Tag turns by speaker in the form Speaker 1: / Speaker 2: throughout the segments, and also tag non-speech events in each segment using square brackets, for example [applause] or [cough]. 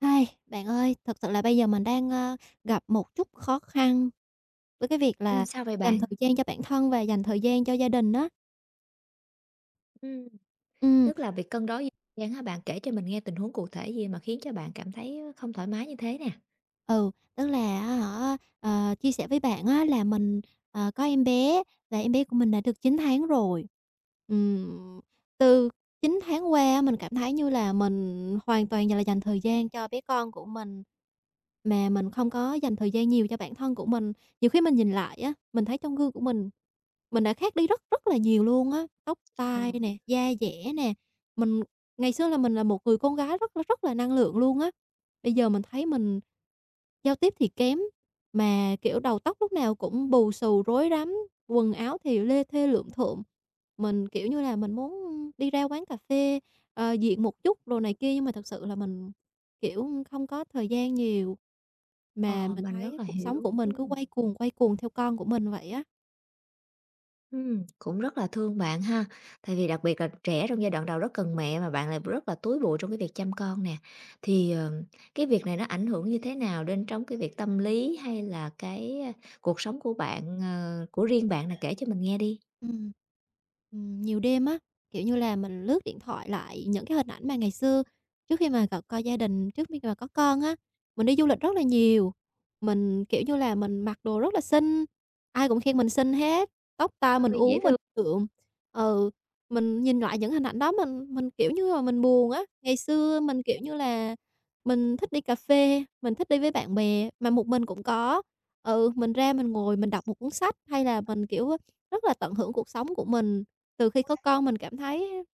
Speaker 1: Ai, bạn ơi, thật sự là bây giờ mình đang, gặp một chút khó khăn với cái việc là
Speaker 2: Sao vậy
Speaker 1: dành
Speaker 2: bạn?
Speaker 1: thời gian cho bản thân và dành thời gian cho gia đình đó.
Speaker 2: Ừm,
Speaker 1: Ừm,
Speaker 2: tức là việc cân đối thời gian hả bạn? Kể cho mình nghe tình huống cụ thể gì mà khiến cho bạn cảm thấy không thoải mái như thế nè?
Speaker 1: ừ, tức là hả, chia sẻ với bạn á là mình, có em bé, và em bé của mình đã được 9 tháng rồi. Ừm, từ 9 tháng qua mình cảm thấy như là mình hoàn toàn như là dành thời gian cho bé con của mình. Mà mình không có dành thời gian nhiều cho bản thân của mình. Nhiều khi mình nhìn lại á, mình thấy trong gương của mình đã khác đi rất rất là nhiều luôn á, tóc
Speaker 2: Ờ.
Speaker 1: tai nè, da dẻ nè. Mình ngày xưa là mình là một người con gái rất là năng lượng luôn á. Bây giờ mình thấy mình giao tiếp thì kém, mà, kiểu, đầu tóc lúc nào cũng bù xù rối rắm, quần áo thì lê thê lượm thượm. Mình, kiểu như là, mình muốn đi ra quán cà phê, diện một chút đồ này kia, nhưng mà thật sự là mình, kiểu, không có thời gian nhiều. Mà
Speaker 2: Ờ,
Speaker 1: mình
Speaker 2: mình rất
Speaker 1: thấy
Speaker 2: là
Speaker 1: cuộc sống
Speaker 2: hiểu.
Speaker 1: của mình cứ quay cuồng theo con của mình vậy á.
Speaker 2: Cũng rất là thương bạn ha, tại vì đặc biệt là trẻ trong giai đoạn đầu rất cần mẹ mà bạn lại rất là túi bụi trong cái việc chăm con nè. Thì, ờ, cái việc này nó ảnh hưởng như thế nào đến trong cái việc tâm lý hay là cuộc sống của bạn, của riêng bạn nè? Kể cho mình nghe đi.
Speaker 1: Ừm. Nhiều đêm á, kiểu như là, mình lướt điện thoại lại những cái hình ảnh mà ngày xưa, trước khi mà có gia đình, trước khi mà có con á, mình đi du lịch rất là nhiều. Mình, kiểu như là, mình mặc đồ rất là xinh, ai cũng khen mình xinh hết, tóc tai mình
Speaker 2: Ôi, dễ
Speaker 1: uốn mình
Speaker 2: thương,
Speaker 1: cượm. Ừ, mình nhìn lại những hình ảnh đó mình, kiểu như là, mình buồn á. Ngày xưa mình, kiểu như là, mình thích đi cà phê, mình thích đi với bạn bè, mà một mình cũng có. Ừ, mình ra mình ngồi mình đọc một cuốn sách, hay là mình, kiểu, rất là tận hưởng cuộc sống của mình. Từ khi có con mình cảm thấy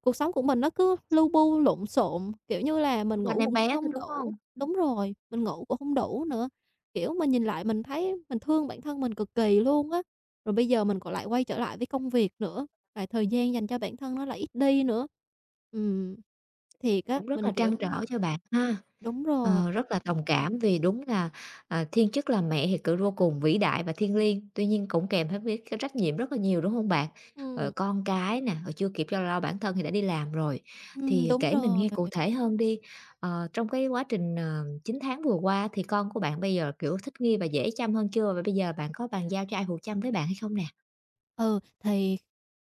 Speaker 1: cuộc sống của mình nó cứ lu bu lộn xộn, kiểu như là, mình
Speaker 2: quanh
Speaker 1: ngủ
Speaker 2: em
Speaker 1: cũng
Speaker 2: bé thôi,
Speaker 1: không
Speaker 2: đúng
Speaker 1: đủ.
Speaker 2: không?
Speaker 1: Đúng rồi, mình ngủ cũng không đủ nữa. Kiểu, mình nhìn lại mình thấy mình thương bản thân mình cực kỳ luôn á. Rồi bây giờ mình còn lại quay trở lại với công việc nữa, lại thời gian dành cho bản thân nó lại ít đi nữa. Ừm, thiệt á,
Speaker 2: Cũng rất
Speaker 1: mình,
Speaker 2: là trăn
Speaker 1: kiểu.
Speaker 2: trở cho bạn ha.
Speaker 1: Đúng rồi,
Speaker 2: Rất là đồng cảm vì đúng là, thiên chức là mẹ thì cự vô cùng vĩ đại và thiêng liêng, tuy nhiên cũng kèm theo với cái trách nhiệm rất là nhiều, đúng không bạn? Ờ,
Speaker 1: ừm,
Speaker 2: con cái nè, rồi chưa kịp cho lo bản thân thì đã đi làm rồi. Thì
Speaker 1: đúng
Speaker 2: kể mình
Speaker 1: rồi.
Speaker 2: nghe cụ thể hơn đi, trong cái quá trình, 9 tháng vừa qua thì con của bạn bây giờ, kiểu, thích nghi và dễ chăm hơn chưa? Và bây giờ bạn có bàn giao cho ai phụ chăm với bạn hay không nè?
Speaker 1: Ừ, thì,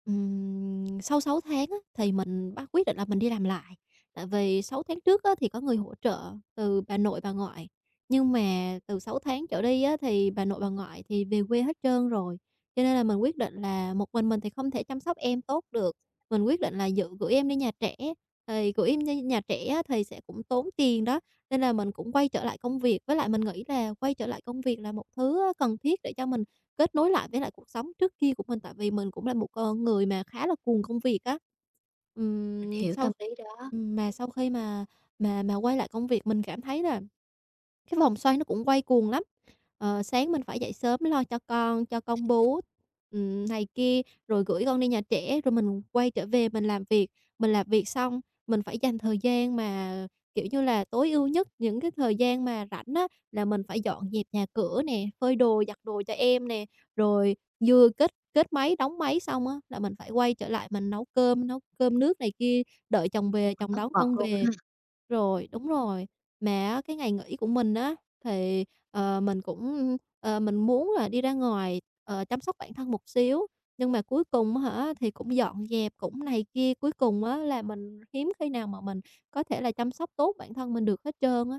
Speaker 1: sau 6 tháng á, thì mình bác quyết định là mình đi làm lại, tại vì 6 tháng trước á, thì có người hỗ trợ từ bà nội, bà ngoại, nhưng mà từ 6 tháng trở đi á, thì bà nội, bà ngoại thì về quê hết trơn rồi, cho nên là mình quyết định là một mình thì không thể chăm sóc em tốt được. Mình quyết định là dự gửi em đi nhà trẻ, thì gửi em đi nhà trẻ á, thì sẽ cũng tốn tiền đó, nên là mình cũng quay trở lại công việc, với lại mình nghĩ là quay trở lại công việc là một thứ cần thiết để cho mình kết nối lại với lại cuộc sống trước kia của mình, tại vì mình cũng là một con người mà khá là cuồng công việc á.
Speaker 2: Mình hiểu
Speaker 1: Sau
Speaker 2: tâm lý đó.
Speaker 1: mà sau khi mà quay lại công việc mình cảm thấy là cái vòng xoay nó cũng quay cuồng lắm. Ờ, sáng mình phải dậy sớm lo cho con bú, này kia, rồi gửi con đi nhà trẻ, rồi mình quay trở về mình làm việc. Mình làm việc xong, mình phải dành thời gian mà, kiểu như là, tối ưu nhất, những cái thời gian mà rảnh á, là mình phải dọn dẹp nhà cửa nè, phơi đồ, giặt đồ cho em nè, rồi vừa kết kết máy, đóng máy xong á, là mình phải quay trở lại mình nấu cơm nước này kia, đợi chồng
Speaker 2: Ôi,
Speaker 1: về, chồng
Speaker 2: tất
Speaker 1: đón
Speaker 2: bật
Speaker 1: con
Speaker 2: luôn.
Speaker 1: về. Rồi, đúng rồi. Mà á, cái ngày nghỉ của mình á, thì, mình cũng, mình muốn là đi ra ngoài, chăm sóc bản thân một xíu, nhưng mà cuối cùng á hả, thì cũng dọn dẹp, cũng này kia, cuối cùng á là mình hiếm khi nào mà mình có thể là chăm sóc tốt bản thân mình được hết trơn á.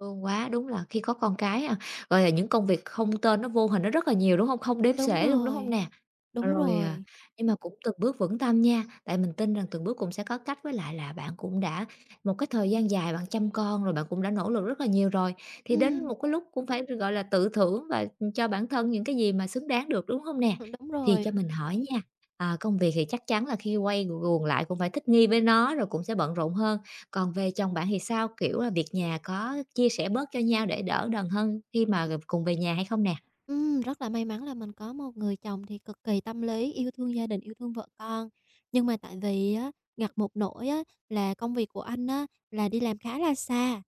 Speaker 2: Thương quá, đúng là khi có con cái ha, gọi là, những công việc không tên nó vô hình nó rất là nhiều, đúng không? Không đếm
Speaker 1: Đúng
Speaker 2: xuể luôn, đúng không
Speaker 1: rồi,
Speaker 2: nè?
Speaker 1: đúng
Speaker 2: Rồi,
Speaker 1: rồi,
Speaker 2: nhưng mà cũng từng bước vững tâm nha, tại mình tin rằng từng bước cũng sẽ có cách, với lại là bạn cũng đã một cái thời gian dài bạn chăm con rồi, bạn cũng đã nỗ lực rất là nhiều rồi, thì đến
Speaker 1: ừm,
Speaker 2: một cái lúc cũng phải, gọi là, tự thưởng và, cho bản thân những cái gì mà xứng đáng được, đúng không nè?
Speaker 1: đúng
Speaker 2: Thì
Speaker 1: rồi.
Speaker 2: cho mình hỏi nha, công việc thì chắc chắn là khi quay guồng lại cũng phải thích nghi với nó, rồi cũng sẽ bận rộn hơn. Còn về chồng bạn thì sao? Kiểu là, việc nhà có chia sẻ bớt cho nhau để đỡ đần hơn khi mà cùng về nhà hay không nè?
Speaker 1: Rất là may mắn là mình có một người chồng thì cực kỳ tâm lý, yêu thương gia đình, yêu thương vợ con. Nhưng mà tại vì á, ngặt một nỗi á, là công việc của anh á, là đi làm khá là xa.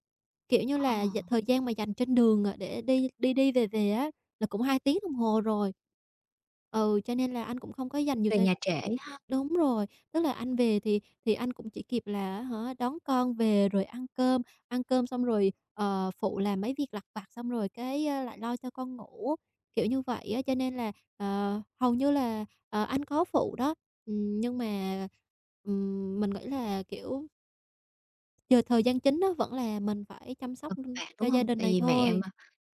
Speaker 1: Kiểu như
Speaker 2: Ờ.
Speaker 1: là, thời gian mà dành trên đường, để đi đi đi về về á, là cũng 2 tiếng đồng hồ rồi. Ừ, cho nên là anh cũng không có dành nhiều
Speaker 2: Về
Speaker 1: thời.
Speaker 2: nhà trễ ha,
Speaker 1: Đúng rồi, tức là anh về thì anh cũng chỉ kịp là á hả, đón con về rồi ăn cơm xong rồi, phụ làm mấy việc lặt vặt xong rồi cái, lại lo cho con ngủ, kiểu như vậy á. Cho nên là, hầu như là, anh có phụ đó, nhưng mà, mình nghĩ là, kiểu. Giờ thời gian chính á vẫn là mình phải chăm sóc,
Speaker 2: còn các bạn,
Speaker 1: cho
Speaker 2: đúng
Speaker 1: gia
Speaker 2: không?
Speaker 1: đình
Speaker 2: Tại
Speaker 1: này
Speaker 2: vì mẹ.
Speaker 1: thôi.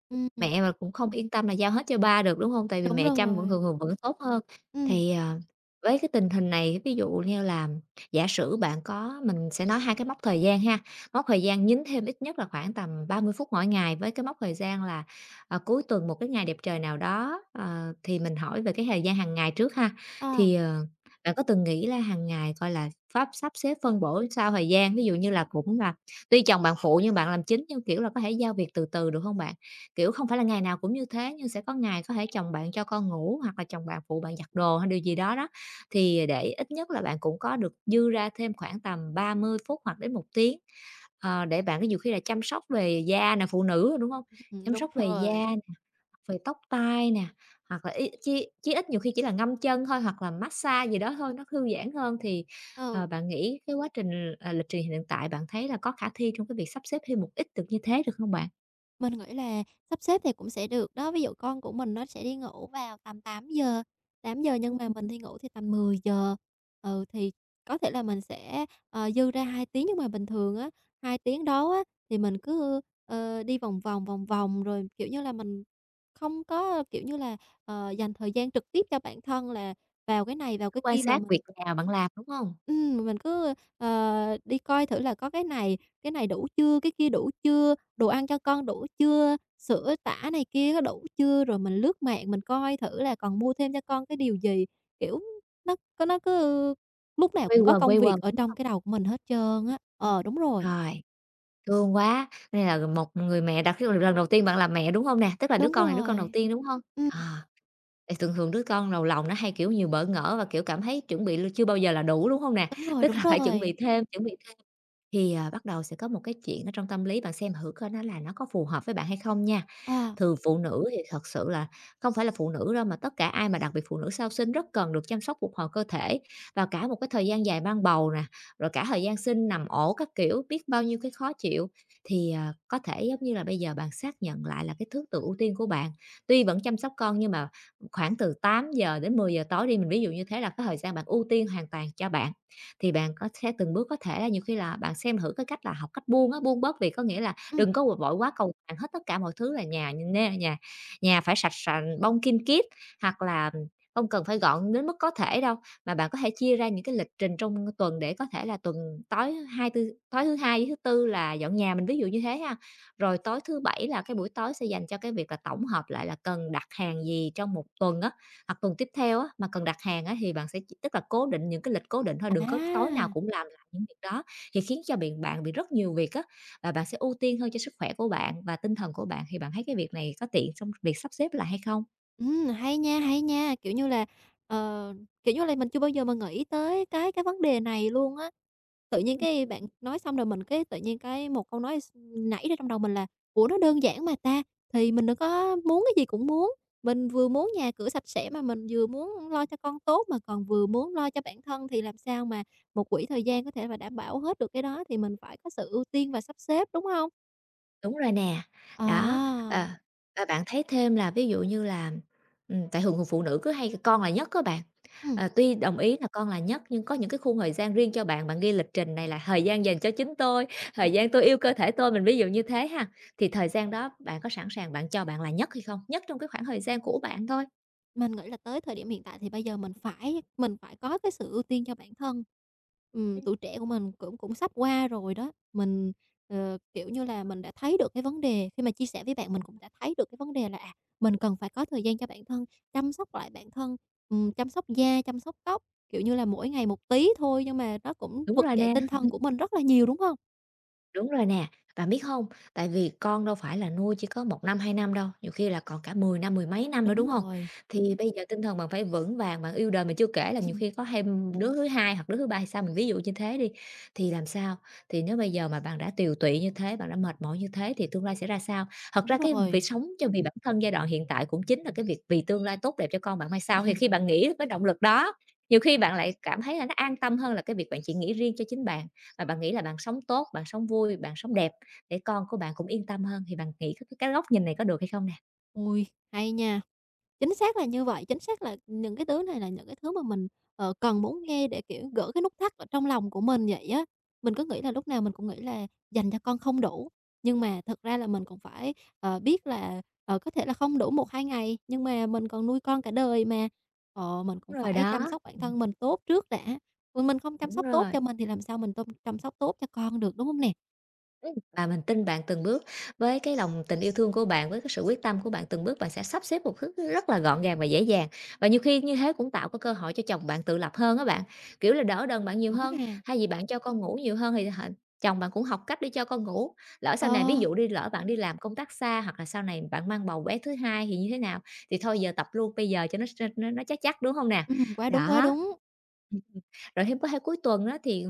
Speaker 1: Ừm,
Speaker 2: Mẹ mà cũng không yên tâm là giao hết cho ba được, đúng hông? Tại vì
Speaker 1: đúng
Speaker 2: mẹ chăm vẫn
Speaker 1: rồi.
Speaker 2: thường thường vẫn tốt hơn.
Speaker 1: Ừm,
Speaker 2: Thì, ờ, với cái tình hình này, ví dụ như là giả sử bạn có mình sẽ nói 2 cái mốc thời gian ha, mốc thời gian nhín thêm ít nhất là khoảng tầm 30 phút mỗi ngày với cái mốc thời gian là, cuối tuần một cái ngày đẹp trời nào đó, thì mình hỏi về cái thời gian hàng ngày trước ha.
Speaker 1: à,
Speaker 2: Thì, ờ, bạn có từng nghĩ là hàng ngày, coi là, pháp sắp xếp phân bổ sao thời gian, ví dụ như là cũng là tuy chồng bạn phụ nhưng bạn làm chính, nhưng, kiểu là, có thể giao việc từ từ được hông bạn? Kiểu, không phải là ngày nào cũng như thế, nhưng sẽ có ngày có thể chồng bạn cho con ngủ hoặc là chồng bạn phụ bạn giặt đồ hay điều gì đó đó, thì để ít nhất là bạn cũng có được dư ra thêm khoảng tầm 30 phút hoặc đến 1 tiếng, để bạn có nhiều khi là chăm sóc về da nè, phụ nữ, đúng không? Chăm
Speaker 1: đúng
Speaker 2: sóc về da
Speaker 1: rồi.
Speaker 2: nè, về tóc tai nè, hoặc là ít chí chí ít nhiều khi chỉ là ngâm chân thôi hoặc là massage gì đó thôi, nó thư giãn hơn thì,
Speaker 1: Ừ.
Speaker 2: bạn nghĩ cái quá trình, lịch trình hiện tại bạn thấy là có khả thi trong cái việc sắp xếp thêm một ít được như thế được không bạn?
Speaker 1: Mình nghĩ là sắp xếp thì cũng sẽ được đó. Ví dụ con của mình nó sẽ đi ngủ vào tầm tám giờ, nhưng mà mình đi ngủ thì tầm 10:00. Ừ, thì có thể là mình sẽ, dư ra 2 tiếng, nhưng mà bình thường á, 2 tiếng đó á, thì mình cứ, đi vòng vòng, vòng vòng rồi, kiểu như là, mình không có, kiểu như là, dành thời gian trực tiếp cho bản thân là vào cái này, vào
Speaker 2: Cứ
Speaker 1: cái
Speaker 2: quan
Speaker 1: kia mà
Speaker 2: sát
Speaker 1: mình.
Speaker 2: việc nào bạn làm, đúng hông?
Speaker 1: Mình cứ, đi coi thử là có cái này đủ chưa, cái kia đủ chưa, đồ ăn cho con đủ chưa, sữa tã này kia có đủ chưa, rồi mình lướt mạng mình coi thử là còn mua thêm cho con cái điều gì. Kiểu, nó có nó cứ lúc nào cũng có công
Speaker 2: Quây quần,
Speaker 1: việc ở trong
Speaker 2: [unintelligible]
Speaker 1: cái đầu của mình hết trơn á. Ờ, đúng rồi,
Speaker 2: Rồi, thương quá, nên là một người mẹ đặc biệt là lần đầu tiên bạn làm mẹ, đúng hông nè? Tức là đứa
Speaker 1: đúng
Speaker 2: con này đứa con đầu
Speaker 1: rồi.
Speaker 2: tiên, đúng hông?
Speaker 1: Ừm,
Speaker 2: À, thì thường thường đứa con đầu lòng nó hay, kiểu, nhiều bỡ ngỡ và, kiểu, cảm thấy chuẩn bị chưa bao giờ là đủ, đúng hông nè?
Speaker 1: đúng
Speaker 2: [laughs]
Speaker 1: rồi,
Speaker 2: Tức
Speaker 1: đúng
Speaker 2: là phải
Speaker 1: rồi.
Speaker 2: chuẩn bị thêm thì, bắt đầu sẽ có một cái chuyện ở trong tâm lý, bạn xem thử coi nó là nó có phù hợp với bạn hay không nha.
Speaker 1: Ờ,
Speaker 2: Thường phụ nữ thì thật sự là không phải là phụ nữ đâu mà tất cả ai mà đặc biệt phụ nữ sau sinh rất cần được chăm sóc phục hồi cơ thể và cả một cái thời gian dài mang bầu nè, rồi cả thời gian sinh nằm ổ các kiểu, biết bao nhiêu cái khó chịu. Có thể giống như là bây giờ bạn xác nhận lại là cái thứ tự ưu tiên của bạn. Tuy vẫn chăm sóc con nhưng mà khoảng từ 8 giờ đến 10 giờ tối đi, mình ví dụ như thế là cái thời gian bạn ưu tiên hoàn toàn cho bạn. Thì bạn có sẽ từng bước có thể là nhiều khi là bạn xem thử cái cách là học cách buông á, buông bớt việc, có nghĩa là
Speaker 1: ừ,
Speaker 2: đừng có vội quá cầu toàn hết tất cả mọi thứ là nhà nê nhà nhà phải sạch sành, bông kim kiết, hoặc là không cần phải gọn đến mức có thể đâu, mà bạn có thể chia ra những cái lịch trình trong tuần để có thể là tuần tối hai tư tối thứ Hai với thứ Tư là dọn nhà, mình ví dụ như thế ha. Rồi tối thứ Bảy là cái buổi tối sẽ dành cho cái việc là tổng hợp lại là cần đặt hàng gì trong một tuần á, hoặc tuần tiếp theo á, mà cần đặt hàng á thì bạn sẽ chỉ tức là cố định những cái lịch cố định thôi, đừng có tối nào
Speaker 1: à!
Speaker 2: cũng làm lại những việc đó, thì khiến cho biện bạn bị rất nhiều việc á và bạn sẽ ưu tiên hơn cho sức khỏe của bạn và tinh thần của bạn, thì bạn thấy cái việc này có tiện trong việc sắp xếp lại hay không?
Speaker 1: Hay nha, kiểu như là, ờ, mình chưa bao giờ mà nghĩ tới cái vấn đề này luôn á. Tự nhiên cái bạn nói xong rồi mình cái tự nhiên cái một câu nói nảy ra trong đầu mình là: "Ủa, nó đơn giản mà ta!" Thì mình đừng có muốn cái gì cũng muốn, mình vừa muốn nhà cửa sạch sẽ mà mình vừa muốn lo cho con tốt mà còn vừa muốn lo cho bản thân, thì làm sao mà một quỹ thời gian có thể là đảm bảo hết được cái đó, thì mình phải có sự ưu tiên và sắp xếp, đúng hông?
Speaker 2: Đúng rồi nè, đó, ờ,
Speaker 1: À,
Speaker 2: và bạn thấy thêm là ví dụ như là, tại thường phụ nữ cứ hay con là nhất các bạn,
Speaker 1: ừm.
Speaker 2: tuy đồng ý là con là nhất nhưng có những cái khung thời gian riêng cho bạn, bạn ghi lịch trình này là thời gian dành cho chính tôi, thời gian tôi yêu cơ thể tôi, mình ví dụ như thế ha, thì thời gian đó bạn có sẵn sàng bạn cho bạn là nhất hay không? Nhất trong cái khoảng thời gian của bạn thôi.
Speaker 1: Mình nghĩ là tới thời điểm hiện tại thì bây giờ mình phải có cái sự ưu tiên cho bản thân. Tuổi trẻ của mình cũng cũng sắp qua rồi đó, mình, kiểu như là, mình đã thấy được cái vấn đề, khi mà chia sẻ với bạn mình cũng đã thấy được cái vấn đề là, mình cần phải có thời gian cho bản thân, chăm sóc lại bản thân, chăm sóc da, chăm sóc tóc, kiểu như là, mỗi ngày một tí thôi, nhưng mà nó cũng
Speaker 2: Đúng
Speaker 1: vực
Speaker 2: rồi
Speaker 1: dậy
Speaker 2: nè.
Speaker 1: tinh thần của mình rất là nhiều, đúng không?
Speaker 2: Đúng rồi nè, bạn biết không? Tại vì con đâu phải là nuôi chỉ có 1 năm, 2 năm đâu, nhiều khi là còn cả 10 năm, mười mấy năm nữa,
Speaker 1: Đúng
Speaker 2: đúng không?
Speaker 1: rồi,
Speaker 2: Thì bây giờ tinh thần bạn phải vững vàng, bạn yêu đời, mà chưa kể là nhiều khi có
Speaker 1: [laughs]
Speaker 2: thêm đứa thứ hai hoặc đứa thứ ba hay sao, mình ví dụ như thế đi, thì làm sao? Thì nếu bây giờ mà bạn đã tiều tụy như thế, bạn đã mệt mỏi như thế thì tương lai sẽ ra sao? Thật
Speaker 1: đúng
Speaker 2: ra cái việc
Speaker 1: rồi.
Speaker 2: sống cho vì bản thân giai đoạn hiện tại cũng chính là cái việc vì tương lai tốt đẹp cho con bạn mai sau, thì khi
Speaker 1: [laughs]
Speaker 2: bạn nghĩ cái động lực đó, nhiều khi bạn lại cảm thấy là nó an tâm hơn là cái việc bạn chỉ nghĩ riêng cho chính bạn. Và bạn nghĩ là bạn sống tốt, bạn sống vui, bạn sống đẹp để con của bạn cũng yên tâm hơn, thì bạn nghĩ cái góc nhìn này có được hay không nè?
Speaker 1: Ôi, hay nha! Chính xác là như vậy, chính xác là những cái thứ này là những cái thứ mà mình, cần muốn nghe để, kiểu, gỡ cái nút thắt ở trong lòng của mình vậy á. Mình cứ nghĩ là lúc nào mình cũng nghĩ là dành cho con không đủ, nhưng mà thật ra là mình cũng phải, biết là, có thể là không đủ một hai ngày, nhưng mà mình còn nuôi con cả đời mà. Mình cũng
Speaker 2: Đúng rồi
Speaker 1: phải
Speaker 2: đó,
Speaker 1: chăm sóc bản
Speaker 2: ừm,
Speaker 1: thân mình tốt trước đã, còn mình không chăm
Speaker 2: đúng
Speaker 1: sóc tốt
Speaker 2: rồi.
Speaker 1: cho mình thì làm sao mình tôm chăm sóc tốt cho con được, đúng không nè?
Speaker 2: Và mình tin bạn từng bước, với cái lòng tình yêu thương của bạn, với cái sự quyết tâm của bạn từng bước, bạn sẽ sắp xếp một thứ rất là gọn gàng và dễ dàng. Và nhiều khi như thế cũng tạo cái cơ hội cho chồng bạn tự lập hơn á bạn, kiểu là, đỡ đần bạn nhiều
Speaker 1: Đúng
Speaker 2: hơn,
Speaker 1: ha.
Speaker 2: thay vì bạn cho con ngủ nhiều hơn thì chồng bạn cũng học cách để cho con ngủ. Lỡ sau này
Speaker 1: Ờ,
Speaker 2: ví dụ đi lỡ bạn đi làm công tác xa hoặc là sau này bạn mang bầu bé thứ hai thì như thế nào? Thì thôi giờ tập luôn bây giờ cho nó chắc chắc, đúng không nè?
Speaker 1: quá đúng, quá
Speaker 2: Đó,
Speaker 1: đúng.
Speaker 2: rồi thêm có hai cuối tuần đó thì,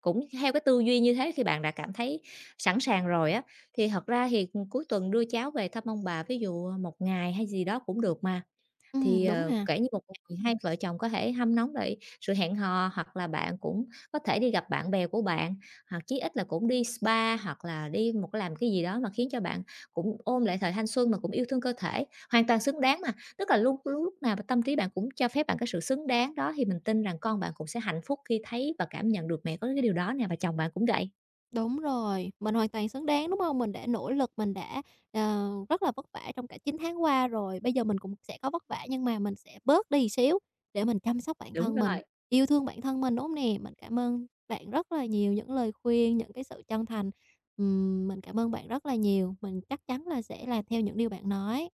Speaker 2: cũng theo cái tư duy như thế khi bạn đã cảm thấy sẵn sàng rồi á, thì thật ra thì, ừ, cuối tuần đưa cháu về thăm ông bà, ví dụ, một ngày hay gì đó cũng được mà. Thì,
Speaker 1: Đúng ha.
Speaker 2: kể như một ngày hai vợ chồng có thể hâm nóng lại sự hẹn hò, hoặc là bạn cũng có thể đi gặp bạn bè của bạn, hoặc chí ít là cũng đi spa, hoặc là đi một cái làm cái gì đó mà khiến cho bạn cũng ôm lại thời thanh xuân mà cũng yêu thương cơ thể, hoàn toàn xứng đáng mà. Tức là luôn lúc nào mà tâm trí bạn cũng cho phép bạn cái sự xứng đáng đó, thì mình tin rằng con bạn cũng sẽ hạnh phúc khi thấy và cảm nhận được mẹ có cái điều đó nè, và chồng bạn cũng vậy.
Speaker 1: Đúng rồi, mình hoàn toàn xứng đáng, đúng không? Mình đã nỗ lực, mình đã, rất là vất vả trong cả 9 tháng qua rồi, bây giờ mình cũng sẽ có vất vả nhưng mà mình sẽ bớt đi xíu để mình chăm sóc bản
Speaker 2: Đúng
Speaker 1: thân mình,
Speaker 2: rồi,
Speaker 1: yêu thương bản thân mình, đúng không nè? Mình cảm ơn bạn rất là nhiều, những lời khuyên, những cái sự chân thành. Mình cảm ơn bạn rất là nhiều, mình chắc chắn là sẽ làm theo những điều bạn nói.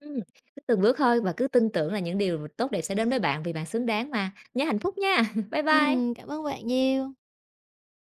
Speaker 2: ừm, cứ từng bước thôi và cứ tin tưởng là những điều tốt đẹp sẽ đến với bạn vì bạn xứng đáng mà. Nhớ hạnh phúc nha. [laughs] Bye bye.
Speaker 1: Cảm ơn bạn nhiều.